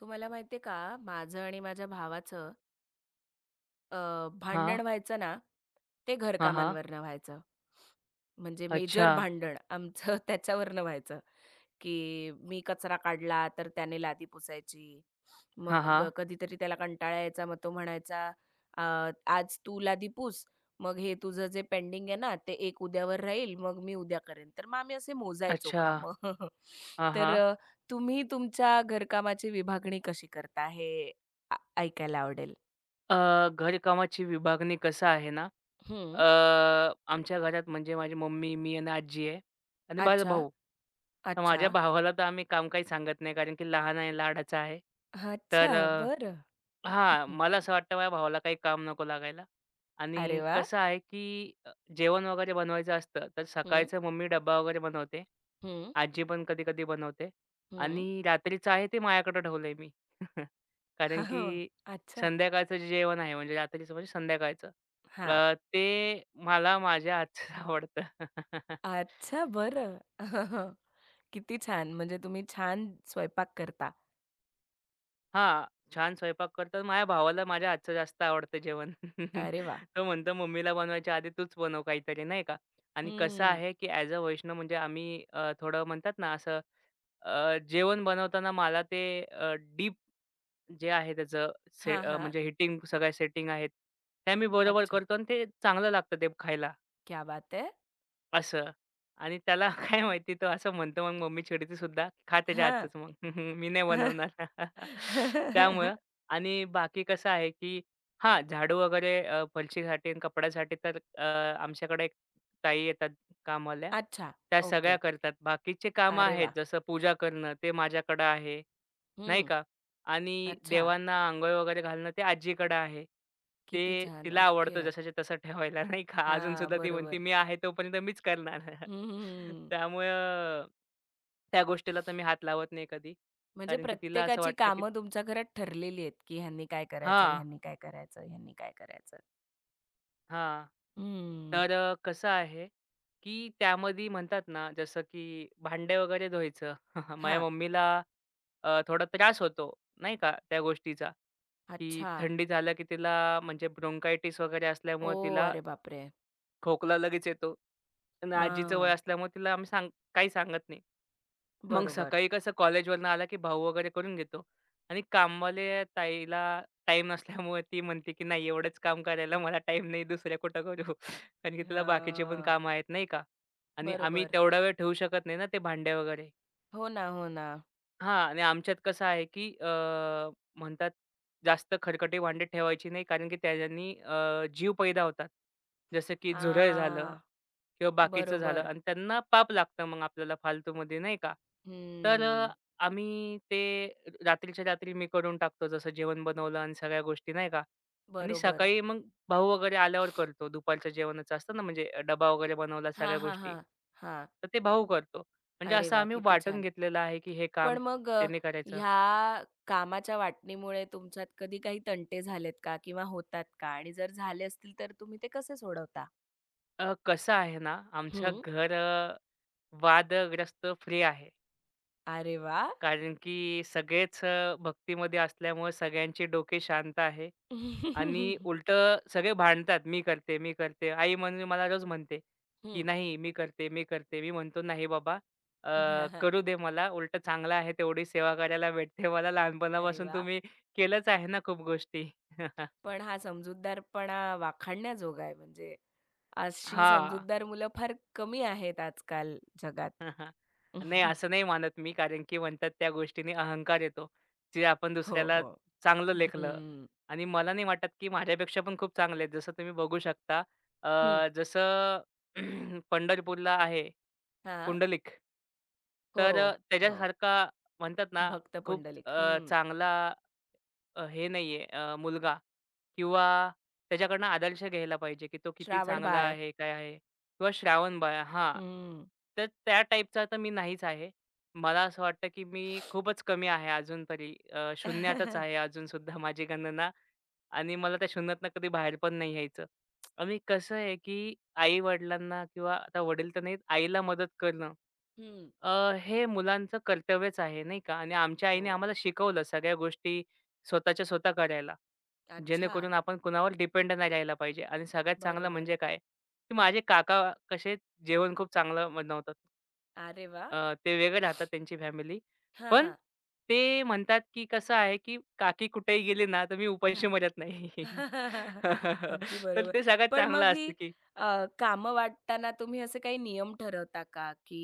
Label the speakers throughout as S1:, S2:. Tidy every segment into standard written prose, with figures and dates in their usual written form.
S1: तुम्हाला माहिती का, माझं आणि माझ्या भावाचं,
S2: हां,
S1: भांडण व्हायचं ना, ते
S2: हां, हां.
S1: घरकामांवरनं व्हायचं. म्हणजे
S2: अच्छा.
S1: मेजर भांडण आमचं त्याच्यावरनं व्हायचं, की मी कचरा काढला तर त्याने लादी पुसायची.
S2: हां,
S1: मग
S2: हां.
S1: कधीतरी त्याला कंटाळा यायचा, मग तो म्हणायचा, "अ, आज तू लादी पुस, मग हे तुझं जे पेंडिंग आहे ना, ते एक उद्यावर राहील, मग मी उद्या करेन." तर मग आम्ही असे मोजायचो
S2: अच्छा.
S1: कामं.
S2: हां,
S1: तर
S2: हां.
S1: तुम्ही तुमच्या घरकामाची विभागणी कशी करता हे आ ऐकायला आवडेल.
S2: अ, घरकामाची विभागणी कसं आहे ना,
S1: हं.
S2: अ, आमच्या घरात म्हणजे माझी मम्मी, मी आणि आजी आहे आणि माझा
S1: अच्छा,
S2: भाऊ. तर
S1: अच्छा.
S2: माझ्या भावाला तर आम्ही काम काही सांगत नाही कारण की लहान आहे, लाडाचा आहे.
S1: अच्छा,
S2: तर अ,
S1: बरं.
S2: हां, मला असं वाटतं माझ्या भावाला काही काम नको लागायला.
S1: अरे
S2: आणि
S1: वाह!
S2: कसं आहे, की जेवण वगैरे बनवायचं असतं, तर
S1: हं,
S2: सकाळचं मम्मी डब्बा वगैरे बनवते.
S1: हं,
S2: आजी पण कधी-कधी बनवते
S1: हं.
S2: आणि रात्रीचं आहे ते माझ्याकडे ठेवलंय मी.
S1: हां,
S2: कारण
S1: हो.
S2: की
S1: अच्छा.
S2: संध्याकाळचं जे जेवण आहे, म्हणजे रात्रीचं म्हणजे संध्याकाळचं
S1: हां.
S2: ते मला माझ्या हातचं आवडतं.
S1: अच्छा, बरं. किती छान. म्हणजे तुम्ही छान स्वयंपाक करता.
S2: हां, छान स्वयंपाक करतो. माझ्या भावाला माझ्या हातचं जास्त आवडतं जेवण.
S1: अरे वाह!
S2: तो म्हणतो, "मम्मीला बनवायच्या आधी तूच बनव काहीतरी," नाही का? आणि कसं
S1: हं.
S2: आहे, की ॲज अ वैष्णव म्हणजे आम्ही थोडं म्हणतात ना असं जेवण बनवताना मला ते डीप जे आहे त्याचं
S1: हां, हां.
S2: म्हणजे हिटिंग सगळ्या सेटिंग आहेत, त्या मी बरोबर
S1: अच्छा.
S2: करतो आणि ते चांगलं लागतं ते खायला.
S1: क्या बात है!
S2: असं आणि त्याला काय माहिती तो असं म्हणतो मग मम्मी चिडते सुद्धा, "खा त्याच्या
S1: हां.
S2: हातचंच मग मी नाही बनवणार." त्यामुळं आणि बाकी कसं आहे, की हां, झाडू वगैरे फरशीसाठी आणि कपड्यासाठी आमच्याकडे एक ताई येतात कामवाल्या.
S1: अच्छा.
S2: त्या सगळ्या
S1: ओके.
S2: करतात. बाकीचे कामं
S1: अरे
S2: आहेत
S1: वाह!
S2: जसं पूजा करणं ते माझ्याकडं आहे. नाही
S1: हं.
S2: का? आणि
S1: अच्छा.
S2: देवांना अंघोळ वगैरे घालणं ते आजीकडे आहे. ते
S1: किती छान.
S2: तिला
S1: ओके.
S2: आवडतं जसंच्या तसं ठेवायला नाही का? अजून
S1: हां,
S2: सुद्धा ती म्हणते,
S1: बरोबर.
S2: "मी आहे तोपर्यंत मीच करणार."
S1: हं.
S2: त्यामुळं त्या गोष्टीला तर मी हात लावत नाही कधी.
S1: म्हणजे
S2: कारण की तिला असं
S1: प्रत्येकाची
S2: वाटतं की
S1: कामं तुमच्या घरात ठरलेली आहेत, की ह्यांनी काय करायचं,
S2: हां.
S1: ह्यांनी काय करायचं, ह्यांनी काय करायचं.
S2: हां.
S1: हं.
S2: कसं आहे, की त्यामध्ये म्हणतात ना, जसं की भांडे वगैरे धुवायचं. माझ्या
S1: हां.
S2: मम्मीला थोडा त्रास होतो, नाही का, त्या गोष्टीचा, की
S1: अच्छा.
S2: थंडी झालं की तिला म्हणजे ब्रोंकायटिस वगैरे असल्यामुळे
S1: ओह!
S2: तिला
S1: अरे बापरे!
S2: खोकला लगेच येतो. आणि आजीचं वय
S1: हां.
S2: असल्यामुळे तिला आम्ही काही सांगत नाही. मग
S1: बरोबर.
S2: सकाळी कसं कॉलेजवरनं आला, की भाऊ वगैरे करून घेतो आणि कामवाल्या ताईला टाईम नसल्यामुळे ती म्हणते, की "नाही एवढंच काम करायला मला टाइम नाही, दुसऱ्या कुठं करू." कारण की तिला बाकीचे पण
S1: हां.
S2: कामं आहेत, नाही का? आणि आम्ही
S1: बरोबर.
S2: तेवढा वेळ ठेवू शकत नाही ना ते भांडे वगैरे.
S1: हो ना, हो ना.
S2: हां आणि आमच्यात कसं आहे, की म्हणतात जास्त खरकटी भांडी ठेवायची नाही कारण की त्याच्यानी जीव पैदा होतात. जसं की झुरळ झालं
S1: हां.
S2: किंवा बाकीचं झालं
S1: बरोबर.
S2: आणि त्यांना पाप लागतं मग आपल्याला फालतूमध्ये नाही का. तर अ,
S1: हं.
S2: आम्ही ते रात्रीच्या रात्री मी करून टाकतो जसं जेवण बनवलं आणि सगळ्या गोष्टी नाही का आणि
S1: बरोबर.
S2: सकाळी मग भाऊ वगैरे आल्यावर करतो. दुपारच्या जेवणाचं असतं ना म्हणजे डबा वगैरे बनवला
S1: हां,
S2: सगळ्या
S1: हां,
S2: गोष्टी.
S1: हां. हां.
S2: तर ते भाऊ करतो. म्हणजे
S1: अरे
S2: असं
S1: वाह!
S2: आम्ही
S1: किती
S2: वाटून
S1: छान.
S2: घेतलेलं आहे, की हे काम
S1: पण मग
S2: त्यांनी करायचं.
S1: ह्या कामाच्या वाटणीमुळे तुमच्यात कधी काही तंटे झालेत का? किंवा होतात का? आणि जर झाले असतील तर तुम्ही ते कसे सोडवता?
S2: कसं आहे ना, आमच्या
S1: हं.
S2: वादग्रस्त फ्री आहे.
S1: अरे वाह!
S2: कारण की सगळेच भक्तीमध्ये असल्यामुळे सगळ्यांचे डोके शांत आहे आणि
S1: हं.
S2: उलटं सगळे भांडतात, "मी करते, मी करते." आई म्हणजे मला रोज म्हणते, की "नाही, मी करते, मी करते." मी म्हणतो, "नाही बाबा, अ, करू दे मला. उलटं चांगलं आहे, तेवढी सेवा करायला भेटते मला.
S1: अरे
S2: लहानपणापासून
S1: वाह!
S2: तुम्ही केलंच आहे ना खूप गोष्टी."
S1: पण हा समजूतदारपणा वाखाणण्याजोगा आहे. म्हणजे अशी
S2: हां.
S1: समजूतदार मुलं फार कमी आहेत आजकाल जगात.
S2: नाही, असं नाही मानत मी, कारण की म्हणतात त्या गोष्टीने अहंकार येतो. जे आपण
S1: हो,
S2: दुसऱ्याला
S1: हो.
S2: चांगलं लेखलं
S1: हं.
S2: आणि मला नाही वाटत, की माझ्यापेक्षा पण खूप चांगले आहेत. जसं तुम्ही बघू शकता
S1: हं.
S2: जसं पंढरपूरला आहे
S1: हां.
S2: कुंडलिक.
S1: हो, हो.
S2: त्याच्यासारखा म्हणतात ना,
S1: भक्त
S2: खूप
S1: पुंडलिक. हम्म.
S2: चांगला हे नाहीये मुलगा किंवा त्याच्याकडनं आदर्श घ्यायला पाहिजे, की तो
S1: श्रावण
S2: किती चांगला
S1: श्रावणबाळ.
S2: आहे, काय आहे किंवा श्रावणबाळ हां.
S1: हं.
S2: तर त्या टाईपचा तर मी नाहीच आहे. मला असं वाटतं, की मी खूपच कमी आहे अजून तरी
S1: हं.
S2: शून्यातच आहे अजूनसुद्धा माझी गणना आणि मला त्या शून्यातनं कधी बाहेर पण नाही यायचं. आणि कसं आहे, की आई-वडिलांना किंवा आता वडील तर नाहीत, आईला मदत करणं हे मुलांचं कर्तव्यच आहे नाही का आणि आमच्या
S1: हो.
S2: आईने आम्हाला शिकवलं सगळ्या गोष्टी स्वतःच्या स्वतः करायला.
S1: अच्छा.
S2: जेणेकरून आपण कुणावर डिपेंड नाही राहायला पाहिजे आणि सगळ्यात चांगलं
S1: बरोबर.
S2: म्हणजे काय, की माझे काका कसे जेवण खूप चांगलं बनवतात.
S1: अरे वाह!
S2: ते वेगळे राहतात त्यांची फॅमिली.
S1: हां,
S2: पण
S1: हां.
S2: ते म्हणतात, की कसं आहे, की काकी कुठेही गेली ना, तर मी उपाशी मरत नाही.
S1: अगदी
S2: तर
S1: बरोबर.
S2: ते सगळ्यात
S1: पण
S2: चांगलं
S1: मग ही
S2: असतं, की
S1: कामं वाटताना तुम्ही असे काही नियम ठरवता का, की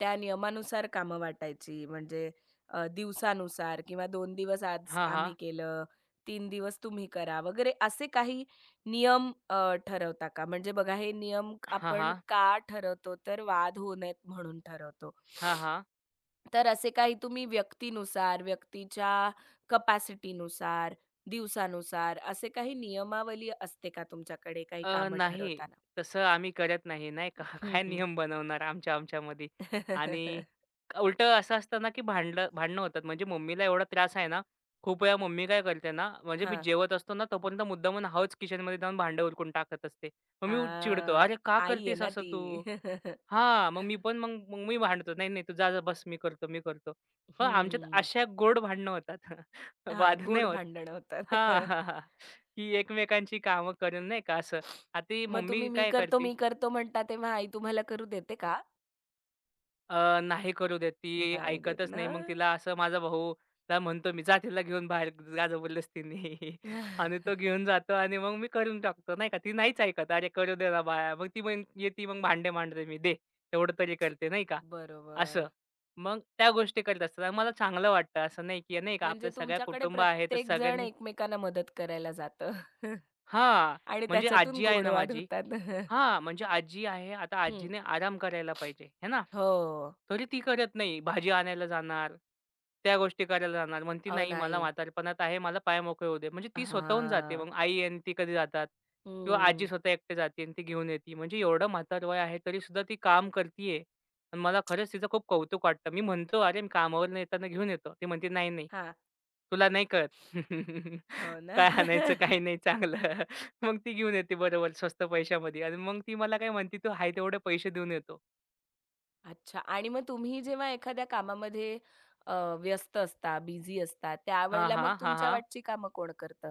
S1: त्या नियमानुसार कामं वाटायची? म्हणजे दिवसानुसार किंवा दोन दिवस आज
S2: हां,
S1: आम्ही
S2: हां.
S1: केलं, तीन दिवस तुम्ही करा वगैरे असे काही नियम ठरवता का? म्हणजे बघा हे नियम
S2: हां,
S1: आपण
S2: हां.
S1: का ठरवतो, तर वाद होऊ नयेत म्हणून ठरवतो.
S2: हां, हां.
S1: तर असे काही तुम्ही व्यक्तीनुसार, व्यक्तीच्या कपॅसिटीनुसार, दिवसानुसार असे काही नियमावली असते का तुमच्याकडे काही
S2: अ,
S1: कामं
S2: नाही.
S1: ठरवताना?
S2: तसं आम्ही करत नाही, नाही का. काय
S1: हं.
S2: नियम बनवणार आमच्या आमच्यामध्ये.
S1: हां.
S2: आणि उलटं असं असतं ना, की भांडणं होतात. म्हणजे मम्मीला एवढा त्रास आहे ना, खूप वेळा मम्मी काय करते ना, म्हणजे मी जेवत असतो ना, तोपर्यंत मुद्दामून हळूच किचनमध्ये जाऊन भांडं उरकून टाकत असते. मग मी चिडतो,
S1: आ,
S2: "अरे, का
S1: आई आहे
S2: करतेस
S1: ना
S2: असं
S1: ती.
S2: तू?" हां, मग मी पण मग मग मी भांडतो. "नाही, नाही, तू जा, जा, बस मी करतो, मी करतो." पण आमच्यात
S1: हं.
S2: अशा गोड भांडणं होतात.
S1: हां,
S2: वाद नाही
S1: गोड
S2: होत.
S1: भांडणं होतात.
S2: हां, हां, हां. की एकमेकांची कामं करून नाही का असं. आता ही
S1: मग तुम्ही
S2: मम्मी
S1: मी
S2: काय
S1: करतो,
S2: करते
S1: मी करतो म्हणता तेव्हा आई तुम्हाला करू देते का?
S2: अ, नाही करू देत. ती
S1: नाही देत
S2: ऐकतच
S1: ना?
S2: नाही. मग तिला असं माझा भाऊला म्हणतो मी, "जा तिला घेऊन बाहेर जा जबरदस्तीने." आणि तो घेऊन जातो आणि मग मी करून टाकतो, नाही का. ती नाहीच ऐकत. "अरे करू दे ना बाळा." मग ती मग येती मग भांडे मांडते मी, "दे, तेवढं तरी करते." नाही का, असं.
S1: बरोबर.
S2: मग त्या गोष्टी करत असतात आणि मला चांगलं वाटतं. असं नाही की नाही का
S1: म्हणजे
S2: आपलं सगळ्या
S1: तुमच्याकडे
S2: कुटुंब आहे तर
S1: प्रत्येक जण
S2: सगळ्यांनी
S1: एकमेकांना मदत करायला जातं.
S2: हां,
S1: आणि
S2: म्हणजे
S1: त्याच्यातून
S2: आजी आहे
S1: गोड
S2: ना
S1: वाद
S2: माझी
S1: होतात.
S2: हां, म्हणजे आजी आहे. आता
S1: हं.
S2: आजीने आराम करायला पाहिजे, आहे ना?
S1: हो.
S2: तरी ती करत नाही. भाजी आणायला जाणार, त्या गोष्टी करायला जाणार. म्हणती,
S1: अहो
S2: "नाही,
S1: नाही.
S2: मला म्हातारपणात आहे, मला पाय मोकळे होऊ दे." म्हणजे ती स्वतःहून जाते.
S1: हां.
S2: मग आई आणि ती कधी जातात किंवा आजी
S1: हं.
S2: स्वतः एकटे जाते आणि ती घेऊन येते. म्हणजे एवढं म्हातार वय आहे, तरीसुद्धा ती काम करती आहे आणि मला खरंच तिचं खूप कौतुक वाटतं. मी म्हणतो, "अरे, मी कामावरून येताना घेऊन येतो." ती म्हणते, "नाही, नाही,
S1: हां.
S2: तुला नाही कळत
S1: हो ना.
S2: काय आणायचं, काय नाही चांगलं." मग ती घेऊन येते बरोबर स्वस्त पैशामध्ये आणि मग ती मला काय म्हणते, "तू आहे तेवढे पैसे देऊन येतो."
S1: अच्छा. आणि मग तुम्ही जेव्हा एखाद्या कामामध्ये अ, व्यस्त असता, बिझी असता,
S2: हां,
S1: त्यावेळेला
S2: हां,
S1: मग
S2: हां,
S1: तुमच्या
S2: हां.
S1: वाटची कामं कोण करतं?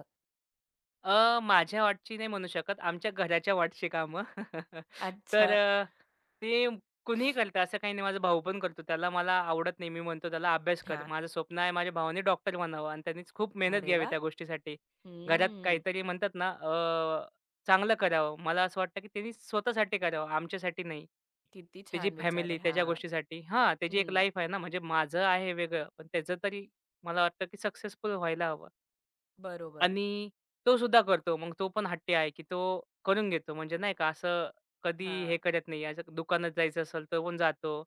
S2: अ, माझ्या वाटची नाही म्हणू शकत. आमच्या घराच्या वाटची कामं. तर
S1: अच्छा.
S2: अ, ते कुणीही करतं असं काही नाही. माझा भाऊ पण करतो. त्याला मला आवडत नाही. मी म्हणतो त्याला अभ्यास कर.
S1: हां.
S2: माझं स्वप्न आहे माझ्या भावाने डॉक्टर बनावं आणि त्यांनीच खूप मेहनत
S1: अरे
S2: घ्यावी
S1: वाह!
S2: त्या गोष्टीसाठी. घरात
S1: हं.
S2: काहीतरी म्हणतात ना चांगलं करावं. मला असं वाटतं की त्यांनी स्वतःसाठी करावं, आमच्यासाठी नाही.
S1: किती
S2: त्याची
S1: छान विचार
S2: फॅमिली,
S1: आहे.
S2: त्याच्या
S1: हां.
S2: गोष्टीसाठी. हां, त्याची एक
S1: हं.
S2: लाईफ आहे ना. म्हणजे माझं आहे वेगळं, पण त्याचं तरी मला वाटतं की सक्सेसफुल व्हायला हवं.
S1: बरोबर.
S2: आणि तो सुद्धा करतो. मग तो पण हट्टी आहे, की तो करून घेतो. म्हणजे नाही का असं कधी हे
S1: हां.
S2: करत नाही. असं दुकानात जायचं असेल तर पण जातो.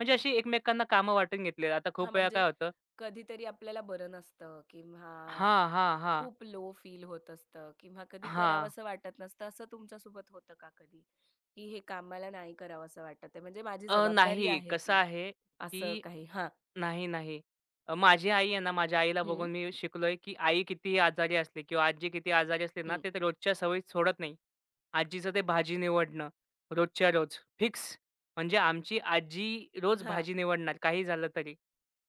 S2: म्हणजे अशी एकमेकांना कामं वाटून घेतली. आता
S1: हां,
S2: खूप वेळा
S1: म्हणजे
S2: काय होतं
S1: कधीतरी आपल्याला बरं नसतं किंवा
S2: हां, हां, हां,
S1: खूप लो फील होत असतं किंवा कधी
S2: हां.
S1: करावंसं वाटत नसतं. असं तुमच्यासोबत होतं का कधी? की हे काम मला नाही करावंसं वाटत आहे. म्हणजे माझी
S2: अ,
S1: जबाबदारी
S2: नाही.
S1: आहे
S2: कसं
S1: ती,
S2: आहे,
S1: असं
S2: की
S1: काही? हां.
S2: नाही, नाही. माझी आई आहे ना, माझ्या आईला
S1: हं,
S2: बघून मी शिकलोय, की आई कितीही आजारी असली किंवा आजी कितीही आजारी असली ना,
S1: हं.
S2: ते तर रोजच्या सवयी सोडत नाही. आजीचं ते भाजी निवडणं रोजच्या रोज फिक्स. म्हणजे आमची आजी रोज
S1: हां.
S2: भाजी निवडणार काही झालं तरी.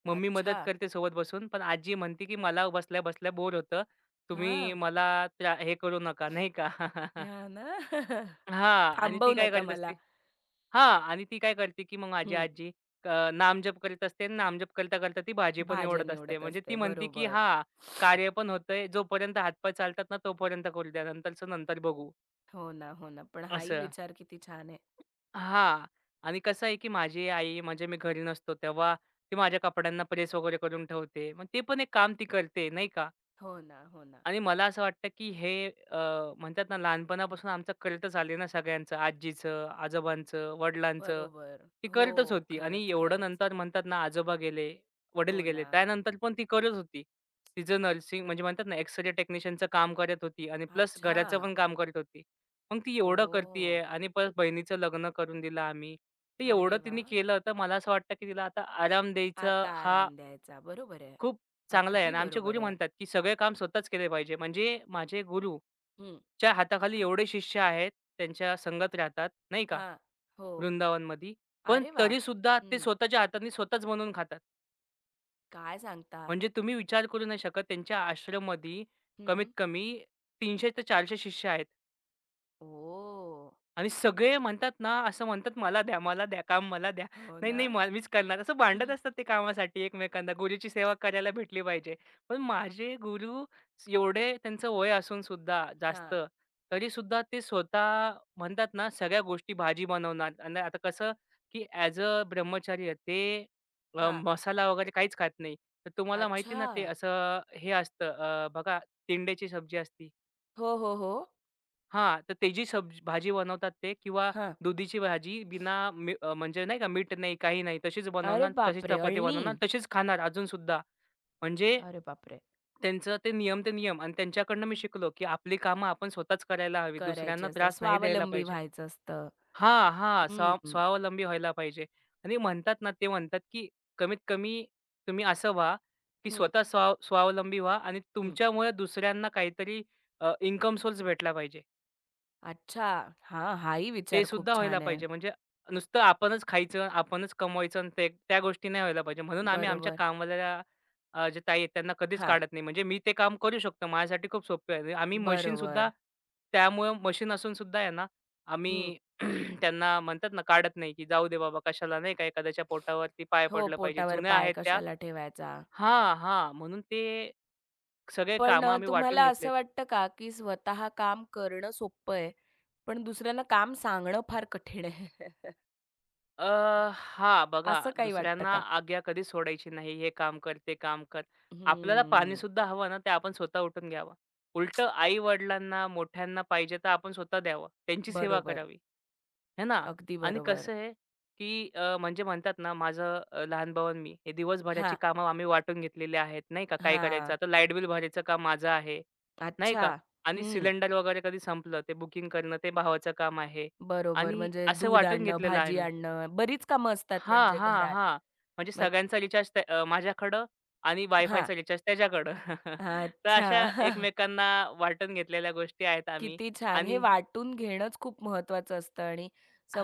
S2: मम्मी
S1: अच्छा.
S2: मदत करते सोबत बसून, पण आजी म्हणते, की "मला बसल्या-बसल्या बोर होतं. तुम्ही
S1: हां.
S2: मला हे करू नका." नाही का?
S1: हां ना.
S2: हां. आणि
S1: थांबवू
S2: ती काय
S1: नका
S2: करत
S1: मला.
S2: असते हां. आणि ती काय करते, की मग माझी
S1: हं.
S2: आजी नामजप करीत असते आणि नामजप करता-करता ती भाजी पण
S1: भाज्या
S2: निवडत असते.
S1: निवडत
S2: म्हणजे ती
S1: असते.
S2: म्हणते, की
S1: बरोबर.
S2: हां, कार्य पण होतंय. जोपर्यंत हातपाय चालतात ना, तोपर्यंत करू द्या. नंतरचं नंतर बघू
S1: हो ना, हो ना. पण हाही
S2: असं.
S1: विचार किती छान आहे.
S2: हां. आणि कसं आहे, की माझी आई म्हणजे मी घरी नसतो, तेव्हा ती माझ्या कपड्यांना प्रेस वगैरे करून ठेवते. मग ते पण एक काम ती करते, नाही का?
S1: हो ना, हो ना.
S2: आणि मला असं वाटतं, की हे म्हणतात ना, लहानपणापासून आमचं कर्तच आले ना सगळ्यांचं, आजीचं, आजोबांचं, वडिलांचं,
S1: बरोबर.
S2: ती
S1: हो.
S2: कर्तच होती. आणि
S1: खरंच,
S2: एवढं
S1: खरंच.
S2: नंतर म्हणतात ना, आजोबा गेले, वडील
S1: हो
S2: गेले,
S1: ना.
S2: त्यानंतर पण ती करत होती. तिचं नर्सिंग म्हणजे म्हणतात ना, एक्स-रे टेक्निशियनचं काम करत होती आणि प्लस
S1: अच्छा.
S2: घराचं पण काम करत होती. मग ती एवढं
S1: ओह!
S2: करतीये आणि परत बहिणीचं लग्न करून दिलं आम्ही. तर
S1: अरे
S2: एवढं तिने
S1: वाह!
S2: केलं, तर मला असं वाटतं, की तिला आता आराम द्यायचा
S1: आता
S2: हा
S1: आराम द्यायचा. बरोबर आहे.
S2: खूप चांगलं आहे
S1: अगदी
S2: आणि आमचे
S1: बरोबर
S2: गुरु
S1: आहे.
S2: म्हणतात, की सगळे काम स्वतःच केले पाहिजे. म्हणजे माझे
S1: हं.
S2: गुरूच्या हाताखाली एवढे शिष्य आहेत, त्यांच्या संगत राहतात, नाही का,
S1: हां. हो.
S2: वृंदावनमध्ये. पण
S1: अरे वा,
S2: तरी सुद्धा ते
S1: हं.
S2: स्वतःच्या हाताने स्वतःच बनवून खातात.
S1: काय सांगता?
S2: म्हणजे तुम्ही विचार करू नाही शकत त्यांच्या आश्रममध्ये कमीत
S1: हं.
S2: कमी 300 ते 400 शिष्य आहेत.
S1: ओह!
S2: आणि सगळे म्हणतात ना, असं म्हणतात, "मला द्या, मला द्या, काम मला द्या."
S1: हो
S2: "नाही,
S1: ना?
S2: नाही, मीच करणार." असं भांडत असतात ते कामासाठी एकमेकांना. गुरुची सेवा करायला भेटली पाहिजे. पण माझे गुरु एवढे त्यांचं वय असून सुद्धा जास्त,
S1: हां.
S2: तरी सुद्धा ते स्वतः म्हणतात ना, सगळ्या गोष्टी भाजी बनवणार. आणि आता कसं, की ॲज अ ब्रह्मचारी ते
S1: हां.
S2: मसाला वगैरे काहीच खात नाही. तर तुम्हाला माहिती
S1: अच्छा.
S2: ना, ते असं हे असतं बघा, तिंड्याची सब्जी असती.
S1: हो, हो, हो.
S2: हां, तर ते जी भाजी बनवतात ते किंवा
S1: हां.
S2: दुधीची भाजी बिना मी म्हणजे नाही का मीठ नाही, काही नाही. तशीच
S1: अरे
S2: बनवणार, तशीच
S1: बापरे!
S2: चपाती
S1: अळणी.
S2: बनवणार, तशीच खाणार अजूनसुद्धा. म्हणजे
S1: अरे बापरे!
S2: त्यांचं ते नियम ते नियम आणि त्यांच्याकडनं मी शिकलो, की आपली कामं आपण स्वतःच करायला हवी.
S1: करायची
S2: दुसऱ्यांना
S1: असतात.
S2: त्रास नाही द्यायला
S1: स्वावलंबी
S2: पाहिजे.
S1: व्हायचं असतं.
S2: हां, हां.
S1: हं, हं.
S2: स्वावलंबी व्हायला पाहिजे आणि म्हणतात ना, ते म्हणतात, की कमीत कमी तुम्ही असं व्हा, की
S1: हं.
S2: स्वतः स्वावलंबी व्हा आणि तुमच्यामुळे दुसऱ्यांना काहीतरी इन्कम सोर्स भेटला पाहिजे.
S1: अच्छा. हां, हाही
S2: ते
S1: विचार खूप
S2: सुद्धा व्हायला
S1: छान आहे.
S2: पाहिजे. म्हणजे नुसतं आपणच खायचं, आपणच कमवायचं आणि ते त्या गोष्टी नाही व्हायला पाहिजे. म्हणून आम्ही आमच्या
S1: बरोबर.
S2: कामवाल्या जे ताई आहेत त्यांना कधीच
S1: हा
S2: काढत नाही. म्हणजे मी ते काम करू शकतो. माझ्यासाठी खूप सोपं आहे. आम्ही मशीनसुद्धा
S1: बरोबर.
S2: त्यामुळं मशीन असून सुद्धा आहे ना, आम्ही त्यांना म्हणतात ना, काढत नाही, की जाऊ दे बाबा कशाला नाही का एखाद्याच्या पोटावरती पाय
S1: हो,
S2: पडलं पाहिजे.
S1: पोटावर
S2: जुन्या
S1: पाय
S2: आहेत त्या
S1: कशाला ठेवायचा.
S2: हां, हां. म्हणून ते सगळे
S1: पण
S2: कामं आम्ही
S1: तुम्हाला
S2: वाटून
S1: असं
S2: घेतलेत.
S1: वाटतं का, की स्वतः काम करणं सोपं आहे, पण दुसऱ्यांना काम सांगणं फार कठीण आहे?
S2: अ, हां, बघा
S1: असं काही वाटतं
S2: दुसऱ्यांना
S1: का?
S2: आज्ञा कधीच सोडायची नाही. हे काम कर, ते काम कर. आपल्याला
S1: हम्म.
S2: पाणीसुद्धा हवं ना, ते आपण स्वतः उठून घ्यावं. उलटं आई-वडिलांना, मोठ्यांना पाहिजे तर आपण स्वतः द्यावं. त्यांची सेवा
S1: बरोबर.
S2: करावी, है ना?
S1: अगदी
S2: आणि
S1: बरोबर.
S2: कसं आहे, की म्हणजे म्हणतात ना, माझं लहान भाऊ आणि मी हे दिवसभराची
S1: हां,
S2: कामं आम्ही वाटून घेतलेली आहेत, नाही का? काय करायचं
S1: हां.
S2: आता लाईट बिल भरायचं काम माझं आहे, नाही
S1: अच्छा.
S2: का? आणि
S1: हं.
S2: सिलेंडर वगैरे कधी संपलं, ते बुकिंग करणं ते भावाचं काम आहे
S1: बरोबर.
S2: आणि
S1: म्हणजे
S2: असं
S1: दूध
S2: वाटून
S1: आणणं,
S2: घेतलेलं आहे
S1: भाजी
S2: मी.
S1: आणणं, बरीच कामं असतात
S2: हां,
S1: म्हणजे
S2: हां,
S1: घरात.
S2: हां. म्हणजे
S1: मग
S2: सगळ्यांचा रिचार्ज त्या माझ्याकडं आणि
S1: हां.
S2: वायफायचा रिचार्ज त्याच्याकडं. तर
S1: अच्छा.
S2: अशा एकमेकांना वाटून घेतलेल्या गोष्टी आहेत आम्ही
S1: किती छान! हे
S2: आणि
S1: वाटून घेणंच खूप महत्त्वाचं असतं आणि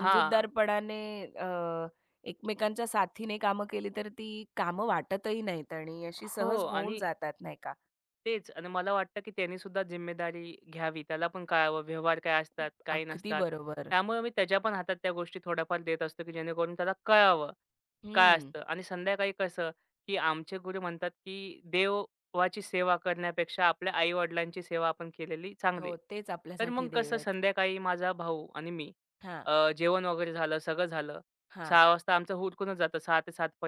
S2: हां.
S1: अ, एकमेकांच्या साथीने कामं केली तर ती कामं वाटतही नाहीत आणि अशी
S2: हो
S1: सहज होऊन
S2: आणि
S1: जातात, नाही का?
S2: तेच आणि मला वाटतं, की त्यांनी सुद्धा जिम्मेदारी घ्यावी. त्याला पण कळावं व्यवहार काय असतात, काय
S1: अगदी
S2: नसतात.
S1: बरोबर.
S2: त्यामुळे मी त्याच्या पण हातात त्या गोष्टी थोड्याफार देत असतो, की जेणेकरून त्याला कळावं, काय
S1: हं.
S2: असतं. आणि संध्याकाळी कसं, की आमचे गुरु म्हणतात, की देवाची सेवा करण्यापेक्षा आपल्या आई-वडिलांची सेवा आपण केलेली चांगली.
S1: हो, तेच
S2: तर
S1: आपल्यासाठी
S2: मग
S1: देव
S2: कसं
S1: आहेत.
S2: संध्याकाळी माझा भाऊ आणि मी
S1: हां,
S2: जेवण वगैरे झालं, सगळं झालं.
S1: हां.
S2: 6:00 वाजता आमचं उरकूनच जातं 6 ते 7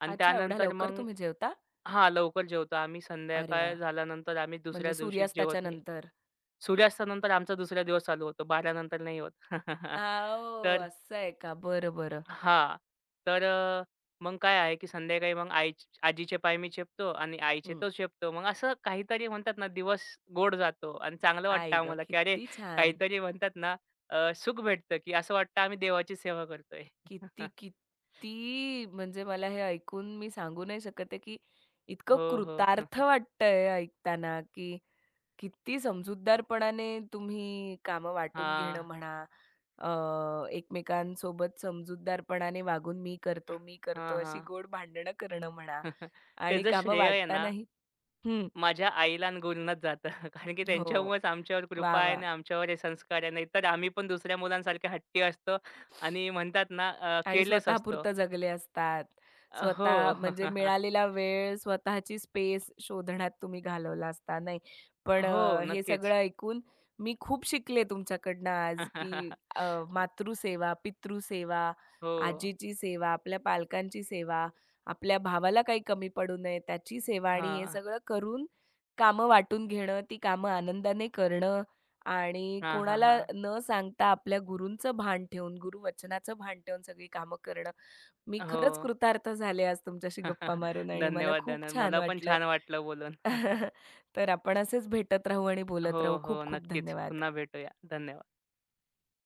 S2: आणि
S1: अच्छा, एवढ्या
S2: त्यानंतर
S1: लवकर
S2: मग
S1: तुम्ही जेवता?
S2: हां, लवकर जेवतो आम्ही.
S1: अरे वाह!
S2: संध्याकाळ झाल्यानंतर आम्ही
S1: म्हणजे
S2: दुसऱ्या दिवशी जेवत
S1: सूर्यास्ताच्या
S2: नाही.
S1: नंतर?
S2: सूर्यास्तानंतर आमचा दुसरा दिवस चालू होतो. 12 नंतर नाही होत.
S1: आ, ओह!
S2: तर
S1: असं आहे का? बरं, बरं.
S2: हां. तर अ, मग काय आहे, की संध्याकाळी मग आई आजीचे पाय मी चेपतो आणि आईचे
S1: हं.
S2: तो चेपतो. मग असं काहीतरी म्हणतात ना, दिवस गोड जातो आणि चांगलं वाटतं
S1: आई गं!
S2: आम्हाला, की अरे
S1: किती छान!
S2: काहीतरी म्हणतात ना, सुख भेटतं, की असं वाटतं आम्ही देवाची सेवा करतोय.
S1: किती, किती म्हणजे मला हे ऐकून मी सांगू नाही शकत आहे, की इतकं
S2: हो, हो.
S1: कृतार्थ वाटतंय हे ऐकताना, की किती समजूतदारपणाने तुम्ही कामं वाटून घेणं
S2: हां.
S1: म्हणा, अ, एकमेकांसोबत समजूतदारपणाने वागून मी करतो, मी
S2: हां,
S1: करतो अशी
S2: हां.
S1: गोड भांडणं करणं म्हणा आणि
S2: त्याचं
S1: कामं
S2: श्रेय आहे ना
S1: वाटतानाही हं,
S2: माझ्या आईला आणि गुरूंनाच जातं. कारण की
S1: हो.
S2: त्यांच्यामुळेच आमच्यावर
S1: वाह,
S2: कृपा आहे
S1: वाह!
S2: आणि आमच्यावर हे संस्कार आहे. नाहीतर आम्ही पण दुसऱ्या मुलांसारखे हट्टी असतो आणि म्हणतात ना
S1: आणि
S2: केअरलेस असतो.
S1: स्वतःपुरतं जगले असतात.
S2: अ, हो.
S1: स्वतः म्हणजे मिळालेला वेळ, स्वतःची स्पेस शोधण्यात तुम्ही घालवला असता, नाही. पण
S2: हो,
S1: हे सगळं
S2: नक्कीच.
S1: ऐकून मी खूप शिकले तुमच्याकडनं आज, की मातृसेवा, पितृसेवा,
S2: हो.
S1: आजीची सेवा, आपल्या पालकांची सेवा, आपल्या भावाला काही कमी पडू नये त्याची सेवा आणि हे
S2: हा,
S1: सगळं करून कामं वाटून घेणं, ती कामं आनंदाने करणं आणि
S2: हा, हा,
S1: कोणाला
S2: हां.
S1: न सांगता आपल्या गुरूंचं भान ठेवून, गुरुवचनाचं भान ठेवून सगळी कामं करणं. मी
S2: हो.
S1: खरंच कृतार्थ झाले आज तुमच्याशी गप्पा मारून आणि मला
S2: धन्यवाद,
S1: खूप
S2: धन्यवाद.
S1: छान
S2: मला पण
S1: वाटलं.
S2: छान वाटलं बोलून.
S1: तर आपण असेच भेटत राहू आणि
S2: हो,
S1: बोलत राहू. खूप
S2: हो.
S1: खूप
S2: नक्कीच.
S1: धन्यवाद.
S2: पुन्हा भेटूया. धन्यवाद.